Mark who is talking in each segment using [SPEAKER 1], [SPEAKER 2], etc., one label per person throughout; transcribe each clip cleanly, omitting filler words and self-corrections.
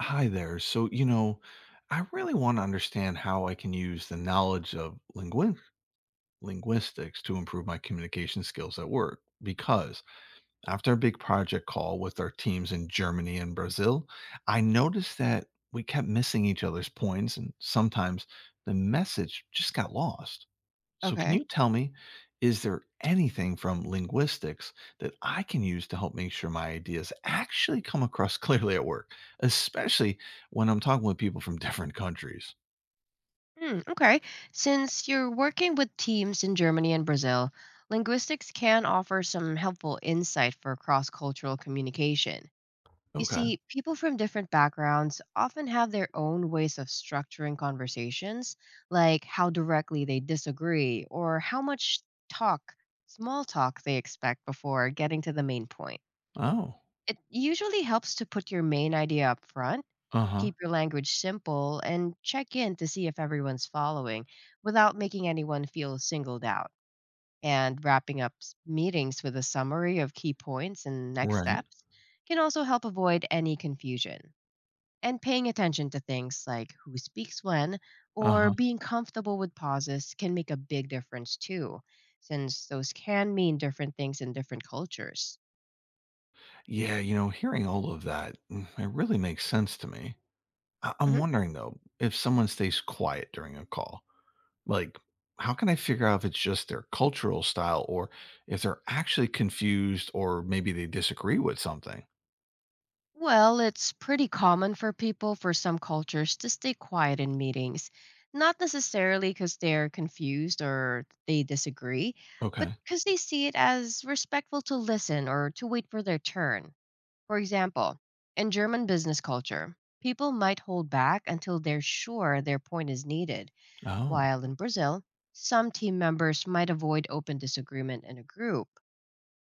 [SPEAKER 1] Hi there. So, you know, I really want to understand how I can use the knowledge of linguin linguistics to improve my communication skills at work. Because after a big project call with our teams in Germany and Brazil, I noticed that we kept missing each other's points and sometimes the message just got lost. So, can
[SPEAKER 2] Okay.
[SPEAKER 1] you tell me, is there anything from linguistics that I can use to help make sure my ideas actually come across clearly at work, especially when I'm talking with people from different countries?
[SPEAKER 2] Hmm, okay. Since you're working with teams in Germany and Brazil, linguistics can offer some helpful insight for cross cultural communication. You
[SPEAKER 1] Okay.
[SPEAKER 2] see, people from different backgrounds often have their own ways of structuring conversations, like how directly they disagree or how much talk, small talk, they expect before getting to the main point.
[SPEAKER 1] Oh,
[SPEAKER 2] It usually helps to put your main idea up front,
[SPEAKER 1] uh huh.
[SPEAKER 2] keep your language simple, and check in to see if everyone's following without making anyone feel singled out. And wrapping up meetings with a summary of key points and next
[SPEAKER 1] Right.
[SPEAKER 2] steps can also help avoid any confusion. And paying attention to things like who speaks when
[SPEAKER 1] Uh
[SPEAKER 2] or
[SPEAKER 1] huh.
[SPEAKER 2] being comfortable with pauses can make a big difference too, since those can mean different things in different cultures.
[SPEAKER 1] Yeah. You know, hearing all of that, it really makes sense to me. I'm wondering though, if someone stays quiet during a call, like, how can I figure out if it's just their cultural style or if they're actually confused or maybe they disagree with something?
[SPEAKER 2] Well, it's pretty common for people for some cultures to stay quiet in meetings, not necessarily because they're confused or they disagree, but
[SPEAKER 1] Okay.
[SPEAKER 2] because they see it as respectful to listen or to wait for their turn. For example, in German business culture, people might hold back until they're sure their point is needed,
[SPEAKER 1] Oh,
[SPEAKER 2] while in Brazil, some team members might avoid open disagreement in a group.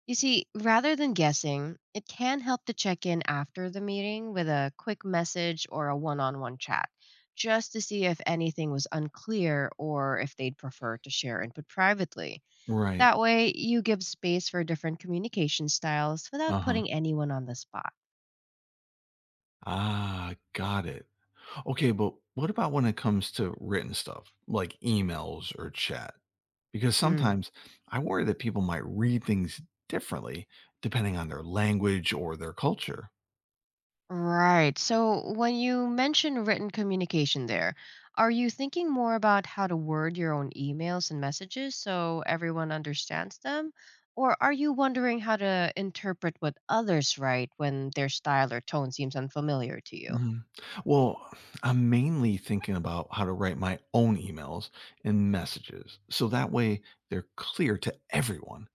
[SPEAKER 2] You see, rather than guessing, it can help to check in after the meeting with a quick message or a one on one chat, just to see if anything was unclear or if they'd prefer to share input privately.
[SPEAKER 1] right.
[SPEAKER 2] That way, you give space for different communication styles without
[SPEAKER 1] Uh-huh.
[SPEAKER 2] putting anyone on the spot.
[SPEAKER 1] Ah, got it. Okay, but what about when it comes to written stuff like emails or chat? Because sometimes I worry that people might read things differently depending on their language or their culture.
[SPEAKER 2] Right. So when you mention written communication there, are you thinking more about how to word your own emails and messages so everyone understands them? Or are you wondering how to interpret what others write when their style or tone seems unfamiliar to you?
[SPEAKER 1] Mhm. Well, I'm mainly thinking about how to write my own emails and messages so that way they're clear to everyone,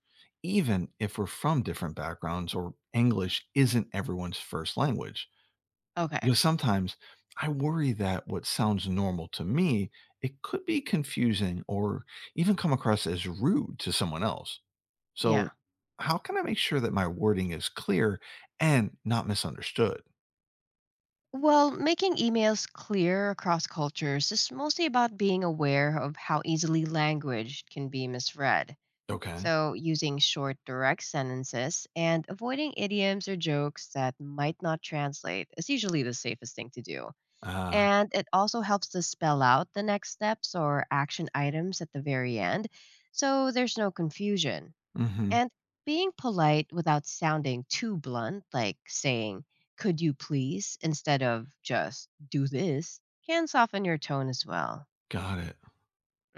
[SPEAKER 1] even if we're from different backgrounds or English isn't everyone's first language.
[SPEAKER 2] Okay.
[SPEAKER 1] Because sometimes I worry that what sounds normal to me, it could be confusing or even come across as rude to someone else. So,
[SPEAKER 2] Yeah.
[SPEAKER 1] how can I make sure that my wording is clear and not misunderstood?
[SPEAKER 2] Well, making emails clear across cultures is mostly about being aware of how easily language can be misread.
[SPEAKER 1] Okay.
[SPEAKER 2] So, using short, direct sentences and avoiding idioms or jokes that might not translate is usually the safest thing to do.
[SPEAKER 1] Ah,
[SPEAKER 2] And it also helps to spell out the next steps or action items at the very end so there's no confusion.
[SPEAKER 1] mhm.
[SPEAKER 2] And being polite without sounding too blunt, like saying, could you please, instead of just do this, can soften your tone as well.
[SPEAKER 1] Got it.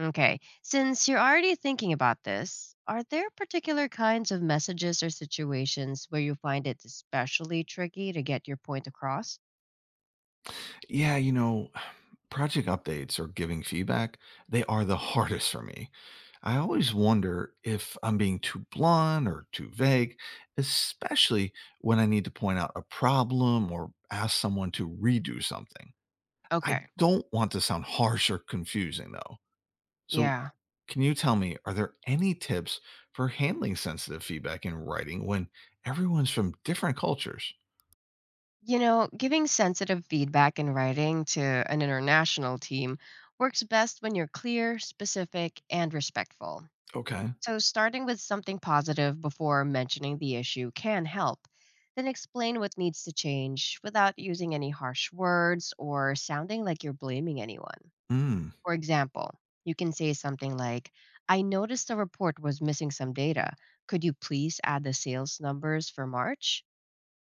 [SPEAKER 2] Okay. Since you're already thinking about this, are there particular kinds of messages or situations where you find it especially tricky to get your point across?
[SPEAKER 1] Yeah, you know, project updates or giving feedback, they are the hardest for me. I always wonder if I'm being too blunt or too vague, especially when I need to point out a problem or ask someone to redo something. I
[SPEAKER 2] Okay.
[SPEAKER 1] don't want to sound harsh or confusing, though. So,
[SPEAKER 2] Yeah.
[SPEAKER 1] can you tell me, are there any tips for handling sensitive feedback in writing when everyone's from different cultures?
[SPEAKER 2] You know, giving sensitive feedback in writing to an international team works best when you're clear, specific, and respectful.
[SPEAKER 1] Okay.
[SPEAKER 2] So, starting with something positive before mentioning the issue can help. Then explain what needs to change without using any harsh words or sounding like you're blaming anyone.
[SPEAKER 1] Mm,
[SPEAKER 2] For example, you can say something like, I noticed the report was missing some data. Could you please add the sales numbers for March?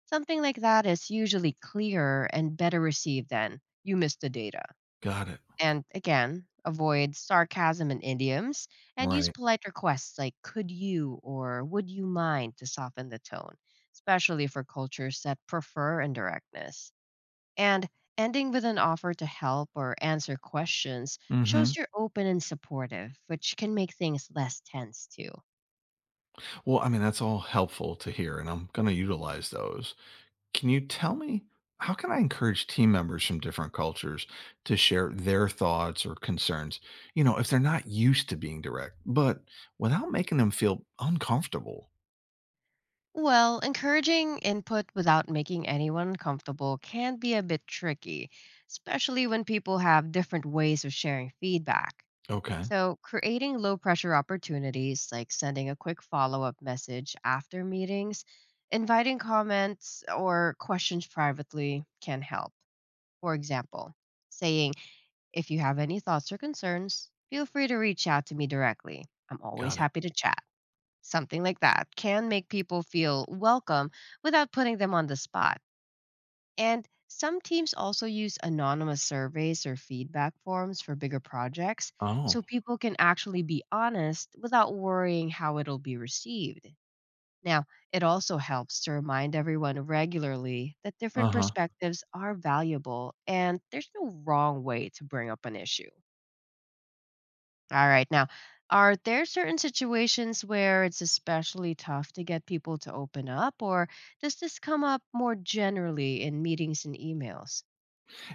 [SPEAKER 2] Something like that is usually clearer and better received than, you missed the data.
[SPEAKER 1] got it.
[SPEAKER 2] And again, avoid sarcasm and idioms and use
[SPEAKER 1] Right.
[SPEAKER 2] polite requests like, could you or would you mind to soften the tone, especially for cultures that prefer indirectness. And ending with an offer to help or answer questions
[SPEAKER 1] Mm
[SPEAKER 2] shows
[SPEAKER 1] Hmm.
[SPEAKER 2] you're open and supportive, which can make things less tense too.
[SPEAKER 1] Well, I mean, that's all helpful to hear, and I'm going to utilize those. Can you tell me how can I encourage team members from different cultures to share their thoughts or concerns, you know, if they're not used to being direct, but without making them feel uncomfortable?
[SPEAKER 2] Well, encouraging input without making anyone uncomfortable can be a bit tricky, especially when people have different ways of sharing feedback.
[SPEAKER 1] Okay.
[SPEAKER 2] So, creating low pressure opportunities like sending a quick follow up message after meetings, inviting comments or questions privately can help. For example, saying, If you have any thoughts or concerns, feel free to reach out to me directly. I'm always
[SPEAKER 1] Got it.
[SPEAKER 2] happy to chat. Something like that can make people feel welcome without putting them on the spot. And some teams also use anonymous surveys or feedback forms for bigger projects so
[SPEAKER 1] Oh.
[SPEAKER 2] people can actually be honest without worrying how it'll be received. Now, it also helps to remind everyone regularly that different
[SPEAKER 1] Uh huh.
[SPEAKER 2] perspectives are valuable and there's no wrong way to bring up an issue. All right. Now, are there certain situations where it's especially tough to get people to open up, or does this come up more generally in meetings and emails?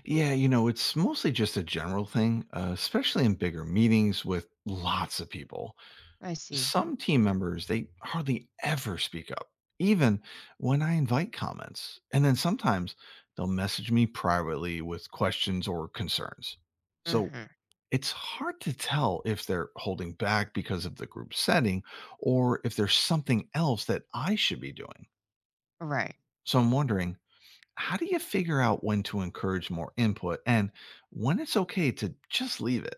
[SPEAKER 1] Yeah, you know, it's mostly just a general thing, especially in bigger meetings with lots of people.
[SPEAKER 2] I see.
[SPEAKER 1] Some team members, they hardly ever speak up, even when I invite comments. And then sometimes they'll message me privately with questions or concerns. So
[SPEAKER 2] Hmm.
[SPEAKER 1] it's hard to tell if they're holding back because of the group setting or if there's something else that I should be doing.
[SPEAKER 2] Right.
[SPEAKER 1] So I'm wondering, how do you figure out when to encourage more input and when it's okay to just leave it?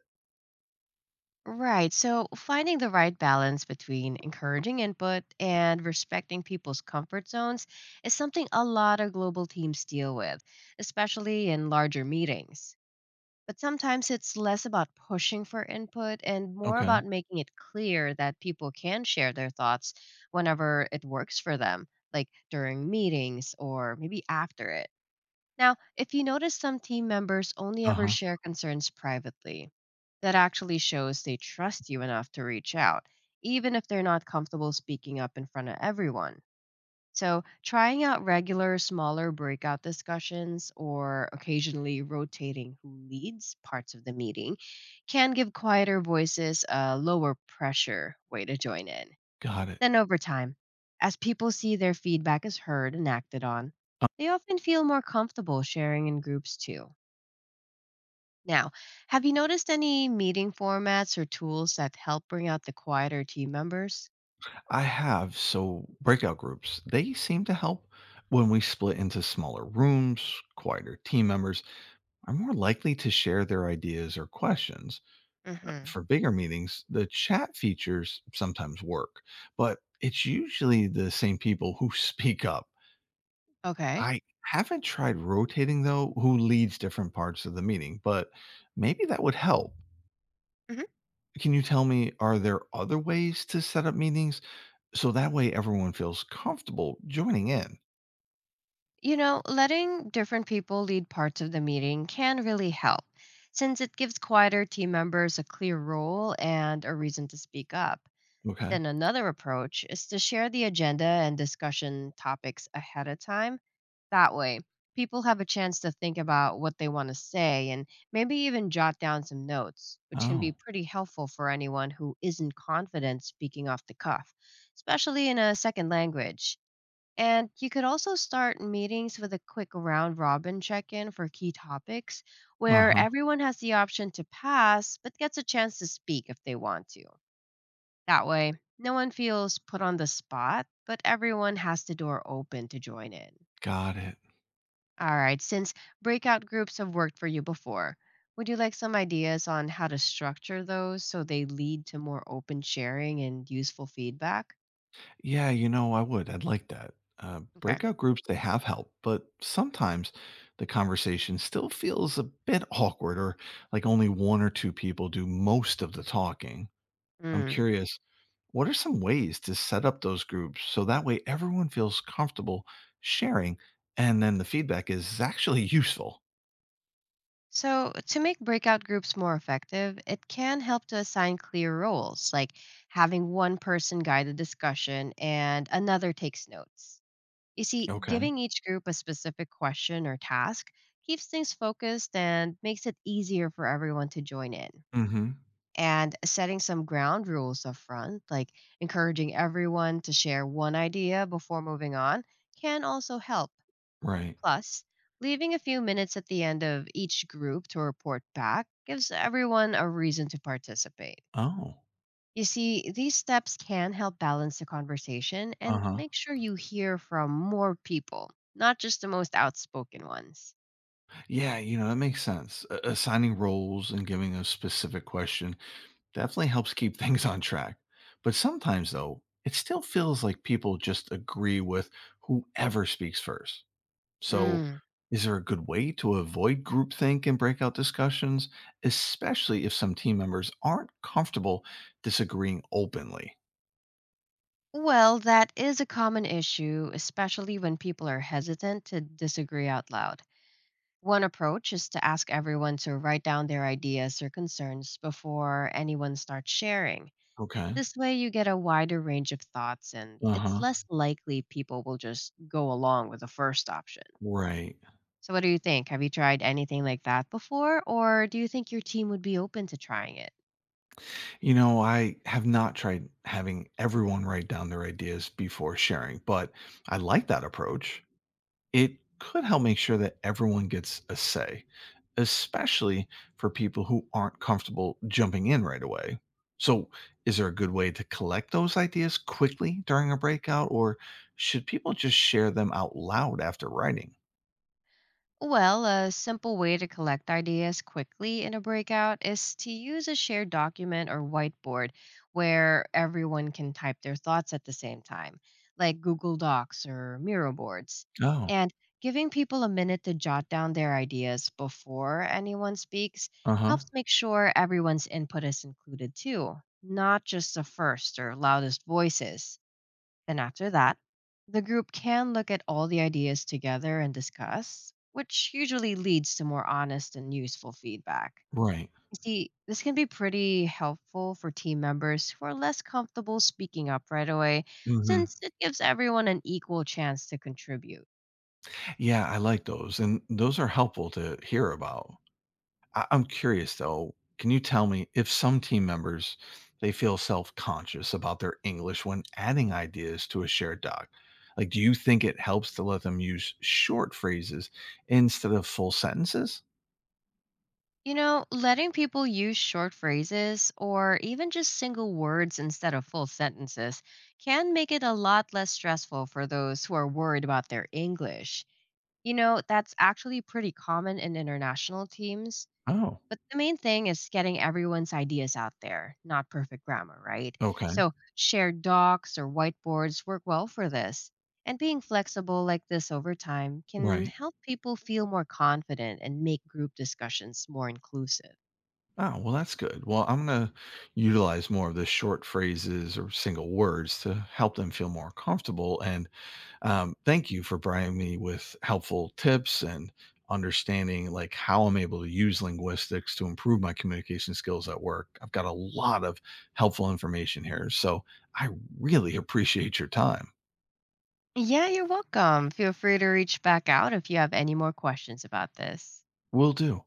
[SPEAKER 2] Right. So, finding the right balance between encouraging input and respecting people's comfort zones is something a lot of global teams deal with, especially in larger meetings. But sometimes it's less about pushing for input and more
[SPEAKER 1] Okay.
[SPEAKER 2] about making it clear that people can share their thoughts whenever it works for them, like during meetings or maybe after it. Now, if you notice some team members only
[SPEAKER 1] Uh
[SPEAKER 2] ever
[SPEAKER 1] huh.
[SPEAKER 2] share concerns privately, that actually shows they trust you enough to reach out, even if they're not comfortable speaking up in front of everyone. So, trying out regular, smaller breakout discussions or occasionally rotating who leads parts of the meeting can give quieter voices a lower pressure way to join in.
[SPEAKER 1] Got it.
[SPEAKER 2] Then, over time, as people see their feedback is heard and acted on, they often feel more comfortable sharing in groups too. Now, have you noticed any meeting formats or tools that help bring out the quieter team members?
[SPEAKER 1] I have. So breakout groups, they seem to help when we split into smaller rooms, quieter team members are more likely to share their ideas or questions.
[SPEAKER 2] Hmm.
[SPEAKER 1] For bigger meetings, the chat features sometimes work, but it's usually the same people who speak up.
[SPEAKER 2] Okay.
[SPEAKER 1] I haven't tried rotating though who leads different parts of the meeting, but maybe that would help. Can you tell me are there other ways to set up meetings so that way everyone feels comfortable joining in?
[SPEAKER 2] You know, letting different people lead parts of the meeting can really help, since it gives quieter team members a clear role and a reason to speak up.
[SPEAKER 1] Okay.
[SPEAKER 2] Then another approach is to share the agenda and discussion topics ahead of time. That way, people have a chance to think about what they want to say and maybe even jot down some notes, which can be
[SPEAKER 1] Oh.
[SPEAKER 2] pretty helpful for anyone who isn't confident speaking off the cuff, especially in a second language. And you could also start meetings with a quick round robin check in for key topics where
[SPEAKER 1] Uh-huh.
[SPEAKER 2] everyone has the option to pass but gets a chance to speak if they want to. That way, no one feels put on the spot, but everyone has the door open to join in.
[SPEAKER 1] Got it.
[SPEAKER 2] All right, since breakout groups have worked for you before, would you like some ideas on how to structure those so they lead to more open sharing and useful feedback?
[SPEAKER 1] Yeah, you know, I would. I'd like that.
[SPEAKER 2] Okay.
[SPEAKER 1] Breakout groups, they have help, but sometimes the conversation still feels a bit awkward or like only one or two people do most of the talking. I'm curious, what are some ways to set up those groups so that way everyone feels comfortable sharing and then the feedback is actually useful?
[SPEAKER 2] So, to make breakout groups more effective, it can help to assign clear roles, like having one person guide the discussion and another takes notes. You see,
[SPEAKER 1] Okay.
[SPEAKER 2] giving each group a specific question or task keeps things focused and makes it easier for everyone to join in.
[SPEAKER 1] Mm-hmm.
[SPEAKER 2] And setting some ground rules up front, like encouraging everyone to share one idea before moving on, can also help.
[SPEAKER 1] Right.
[SPEAKER 2] Plus, leaving a few minutes at the end of each group to report back gives everyone a reason to participate.
[SPEAKER 1] Oh.
[SPEAKER 2] You see, these steps can help balance the conversation and
[SPEAKER 1] Uh-huh.
[SPEAKER 2] make sure you hear from more people, not just the most outspoken ones.
[SPEAKER 1] Yeah, you know, that makes sense. Assigning roles and giving a specific question definitely helps keep things on track. But sometimes, though, it still feels like people just agree with whoever speaks first. So,
[SPEAKER 2] Mm.
[SPEAKER 1] is there a good way to avoid groupthink and breakout discussions, especially if some team members aren't comfortable disagreeing openly?
[SPEAKER 2] Well, that is a common issue, especially when people are hesitant to disagree out loud. One approach is to ask everyone to write down their ideas or concerns before anyone starts sharing.
[SPEAKER 1] Okay.
[SPEAKER 2] This way, you get a wider range of thoughts, and
[SPEAKER 1] Uh
[SPEAKER 2] it's
[SPEAKER 1] huh.
[SPEAKER 2] less likely people will just go along with the first option.
[SPEAKER 1] Right.
[SPEAKER 2] So, what do you think? Have you tried anything like that before, or do you think your team would be open to trying it?
[SPEAKER 1] You know, I have not tried having everyone write down their ideas before sharing, but I like that
[SPEAKER 2] Mm.
[SPEAKER 1] approach. It could help make sure that everyone gets a say, especially for people who aren't comfortable jumping in right away. So, is there a good way to collect those ideas quickly during a breakout, or should people just share them out loud after writing?
[SPEAKER 2] Well, a simple way to collect ideas quickly in a breakout is to use a shared document or whiteboard where everyone can type their thoughts at the same time, like Google Docs or Miro boards.
[SPEAKER 1] Oh,
[SPEAKER 2] And giving people a minute to jot down their ideas before anyone speaks
[SPEAKER 1] uh huh.
[SPEAKER 2] helps make sure everyone's input is included too, not just the first or loudest voices. Then after that, the group can look at all the ideas together and discuss, which usually leads to more honest and useful feedback.
[SPEAKER 1] Right.
[SPEAKER 2] You see, this can be pretty helpful for team members who are less comfortable speaking up right away,
[SPEAKER 1] Hmm.
[SPEAKER 2] since it gives everyone an equal chance to contribute.
[SPEAKER 1] Yeah, I like those. And those are helpful to hear about. I'm curious though, can you tell me if some team members they feel self-conscious about their English when adding ideas to a shared doc? Like do you think it helps to let them use short phrases instead of full sentences?
[SPEAKER 2] You know, letting people use short phrases or even just single words instead of full sentences can make it a lot less stressful for those who are worried about their English. You know, that's actually pretty common in international teams,
[SPEAKER 1] Oh,
[SPEAKER 2] but the main thing is getting everyone's ideas out there, not perfect grammar, right?
[SPEAKER 1] okay.
[SPEAKER 2] So, shared docs or whiteboards work well for this. And being flexible like this over time can
[SPEAKER 1] Right.
[SPEAKER 2] help people feel more confident and make group discussions more inclusive.
[SPEAKER 1] Oh, well, that's good. Well, I'm going to utilize more of the short phrases or single words to help them feel more comfortable. And thank you for providing me with helpful tips and understanding like how I'm able to use linguistics to improve my communication skills at work. I've got a lot of helpful information here. So I really appreciate your time.
[SPEAKER 2] Yeah, you're welcome. Feel free to reach back out if you have any more questions about this.
[SPEAKER 1] Will do.